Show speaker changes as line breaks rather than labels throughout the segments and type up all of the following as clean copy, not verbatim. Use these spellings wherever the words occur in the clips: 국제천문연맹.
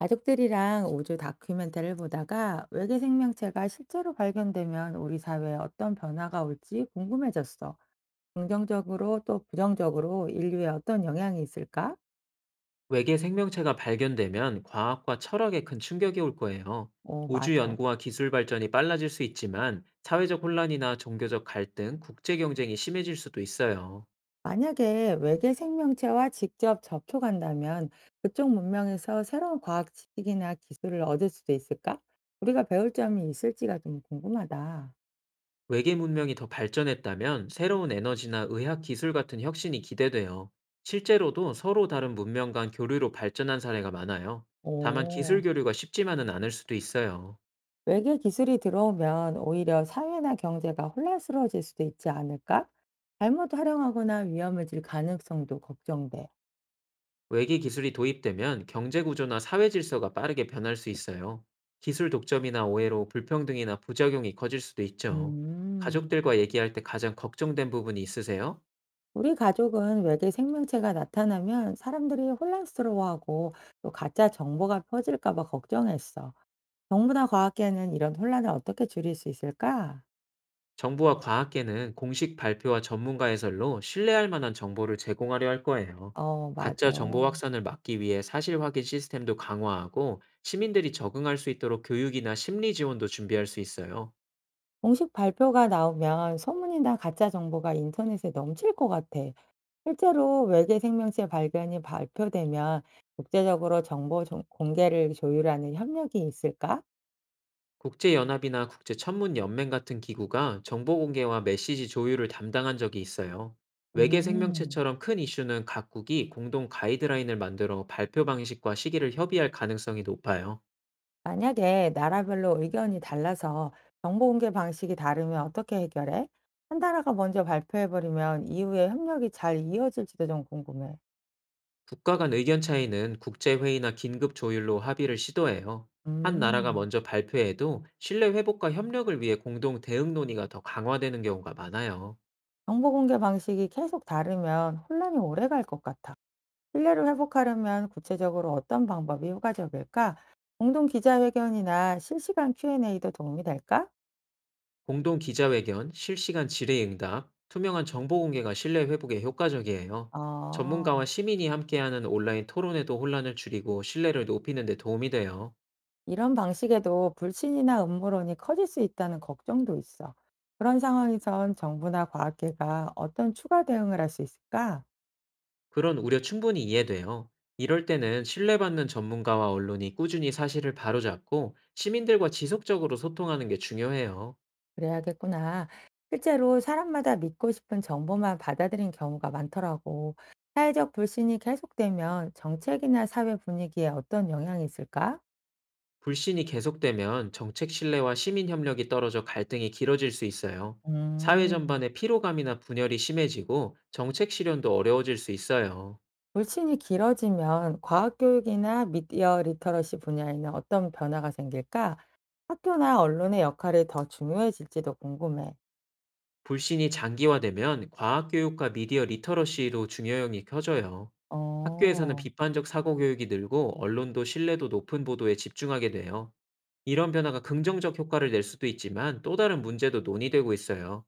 가족들이랑 우주 다큐멘터리를 보다가 외계 생명체가 실제로 발견되면 우리 사회에 어떤 변화가 올지 궁금해졌어. 긍정적으로 또 부정적으로 인류에 어떤 영향이 있을까?
외계 생명체가 발견되면 과학과 철학에 큰 충격이 올 거예요.
어,
우주
맞아.
연구와 기술 발전이 빨라질 수 있지만 사회적 혼란이나 종교적 갈등, 국제 경쟁이 심해질 수도 있어요.
만약에 외계 생명체와 직접 접촉한다면 그쪽 문명에서 새로운 과학 지식이나 기술을 얻을 수도 있을까? 우리가 배울 점이 있을지가 좀 궁금하다.
외계 문명이 더 발전했다면 새로운 에너지나 의학 기술 같은 혁신이 기대돼요. 실제로도 서로 다른 문명 간 교류로 발전한 사례가 많아요. 다만
오.
기술 교류가 쉽지만은 않을 수도 있어요.
외계 기술이 들어오면 오히려 사회나 경제가 혼란스러워질 수도 있지 않을까? 잘못 활용하거나 위험해질 가능성도 걱정돼.
외기 기술이 도입되면 경제 구조나 사회 질서가 빠르게 변할 수 있어요. 기술 독점이나 오해로 불평등이나 부작용이 커질 수도 있죠.
음,
가족들과 얘기할 때 가장 걱정된 부분이 있으세요?
우리 가족은 외계 생명체가 나타나면 사람들이 혼란스러워하고 또 가짜 정보가 퍼질까 봐 걱정했어. 정부나 과학계는 이런 혼란을 어떻게 줄일 수 있을까?
정부와 과학계는 공식 발표와 전문가 해설로 신뢰할 만한 정보를 제공하려 할 거예요.
어, 맞아.
가짜 정보 확산을 막기 위해 사실 확인 시스템도 강화하고 시민들이 적응할 수 있도록 교육이나 심리 지원도 준비할 수 있어요.
공식 발표가 나오면 소문이나 가짜 정보가 인터넷에 넘칠 것 같아. 실제로 외계 생명체 발견이 발표되면 국제적으로 공개를 조율하는 협력이 있을까?
국제연합이나 국제천문연맹 같은 기구가 정보 공개와 메시지 조율을 담당한 적이 있어요. 외계
음,
생명체처럼 큰 이슈는 각국이 공동 가이드라인을 만들어 발표 방식과 시기를 협의할 가능성이 높아요.
만약에 나라별로 의견이 달라서 정보 공개 방식이 다르면 어떻게 해결해? 한 나라가 먼저 발표해버리면 이후에 협력이 잘 이어질지도 좀 궁금해.
국가 간 의견 차이는 국제회의나 긴급 조율로 합의를 시도해요. 한 나라가
음.
먼저 발표해도 신뢰 회복과 협력을 위해 공동 대응 논의가 더 강화되는 경우가 많아요.
정보 공개 방식이 계속 다르면 혼란이 오래 갈 것 같아. 신뢰를 회복하려면 구체적으로 어떤 방법이 효과적일까? 공동 기자회견이나 실시간 Q&A도 도움이 될까?
공동 기자회견, 실시간 질의응답, 투명한 정보 공개가 신뢰 회복에 효과적이에요.
어,
전문가와 시민이 함께하는 온라인 토론에도 혼란을 줄이고 신뢰를 높이는 데 도움이 돼요.
이런 방식에도 불신이나 음모론이 커질 수 있다는 걱정도 있어. 그런 상황에선 정부나 과학계가 어떤 추가 대응을 할 수 있을까?
그런 우려 충분히 이해돼요. 이럴 때는 신뢰받는 전문가와 언론이 꾸준히 사실을 바로잡고 시민들과 지속적으로 소통하는 게 중요해요.
그래야겠구나. 실제로 사람마다 믿고 싶은 정보만 받아들인 경우가 많더라고. 사회적 불신이 계속되면 정책이나 사회 분위기에 어떤 영향이 있을까?
불신이 계속되면 정책 신뢰와 시민 협력이 떨어져 갈등이 길어질 수 있어요. 사회
음.
전반의 피로감이나 분열이 심해지고 정책 실현도 어려워질 수 있어요.
물친이 길어지면 과학 교육이나 미디어 리터러시 분야에는 어떤 변화가 생길까? 학교나 언론의 역할이 더 중요해질지도 궁금해.
불신이 장기화되면 과학교육과 미디어 리터러시로 중요형이 커져요. 학교에서는
어,
비판적 사고 교육이 늘고 언론도 신뢰도 높은 보도에 집중하게 돼요. 이런 변화가 긍정적 효과를 낼 수도 있지만 또 다른 문제도 논의되고 있어요.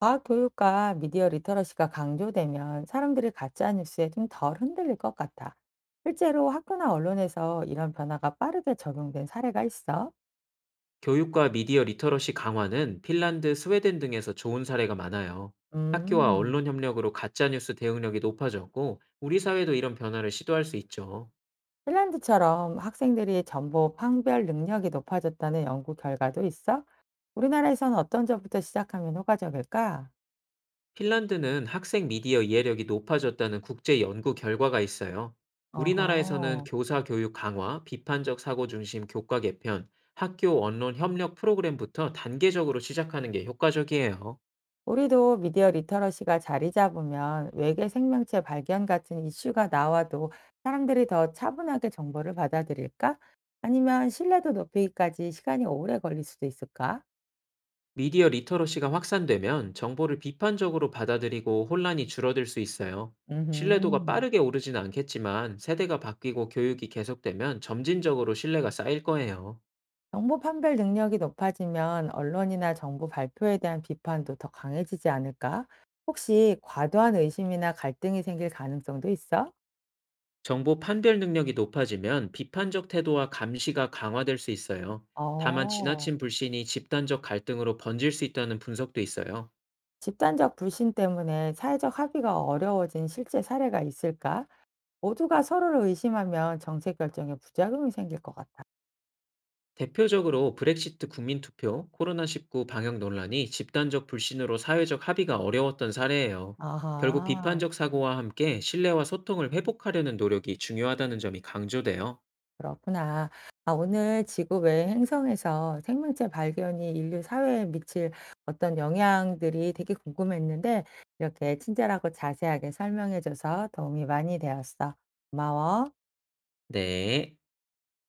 과학 교육과 미디어 리터러시가 강조되면 사람들이 가짜 뉴스에 좀 덜 흔들릴 것 같아. 실제로 학교나 언론에서 이런 변화가 빠르게 적용된 사례가 있어.
교육과 미디어 리터러시 강화는 핀란드, 스웨덴 등에서 좋은 사례가 많아요. 학교와
음,
언론 협력으로 가짜뉴스 대응력이 높아졌고 우리 사회도 이런 변화를 시도할 수 있죠.
핀란드처럼 학생들이 정보 판별 능력이 높아졌다는 연구 결과도 있어? 우리나라에서는 어떤 점부터 시작하면 효과적일까?
핀란드는 학생 미디어 이해력이 높아졌다는 국제 연구 결과가 있어요. 우리나라에서는
어허.
교사 교육 강화, 비판적 사고 중심 교과 개편, 학교 언론 협력 프로그램부터 단계적으로 시작하는 게 효과적이에요.
우리도 미디어 리터러시가 자리 잡으면 외계 생명체 발견 같은 이슈가 나와도 사람들이 더 차분하게 정보를 받아들일까? 아니면 신뢰도 높이기까지 시간이 오래 걸릴 수도 있을까?
미디어 리터러시가 확산되면 정보를 비판적으로 받아들이고 혼란이 줄어들 수 있어요. 신뢰도가
음.
빠르게 오르지는 않겠지만 세대가 바뀌고 교육이 계속되면 점진적으로 신뢰가 쌓일 거예요.
정보 판별 능력이 높아지면 언론이나 정부 발표에 대한 비판도 더 강해지지 않을까? 혹시 과도한 의심이나 갈등이 생길 가능성도 있어?
정보 판별 능력이 높아지면 비판적 태도와 감시가 강화될 수 있어요. 다만
어.
지나친 불신이 집단적 갈등으로 번질 수 있다는 분석도 있어요.
집단적 불신 때문에 사회적 합의가 어려워진 실제 사례가 있을까? 모두가 서로를 의심하면 정책 결정에 부작용이 생길 것 같아.
대표적으로 브렉시트 국민투표, 코로나19 방역 논란이 집단적 불신으로 사회적 합의가 어려웠던 사례예요. 결국
아하,
비판적 사고와 함께 신뢰와 소통을 회복하려는 노력이 중요하다는 점이 강조돼요.
그렇구나. 아, 오늘 지구 외의 행성에서 생명체 발견이 인류 사회에 미칠 어떤 영향들이 되게 궁금했는데, 이렇게 친절하고 자세하게 설명해줘서 도움이 많이 되었어. 고마워.
네.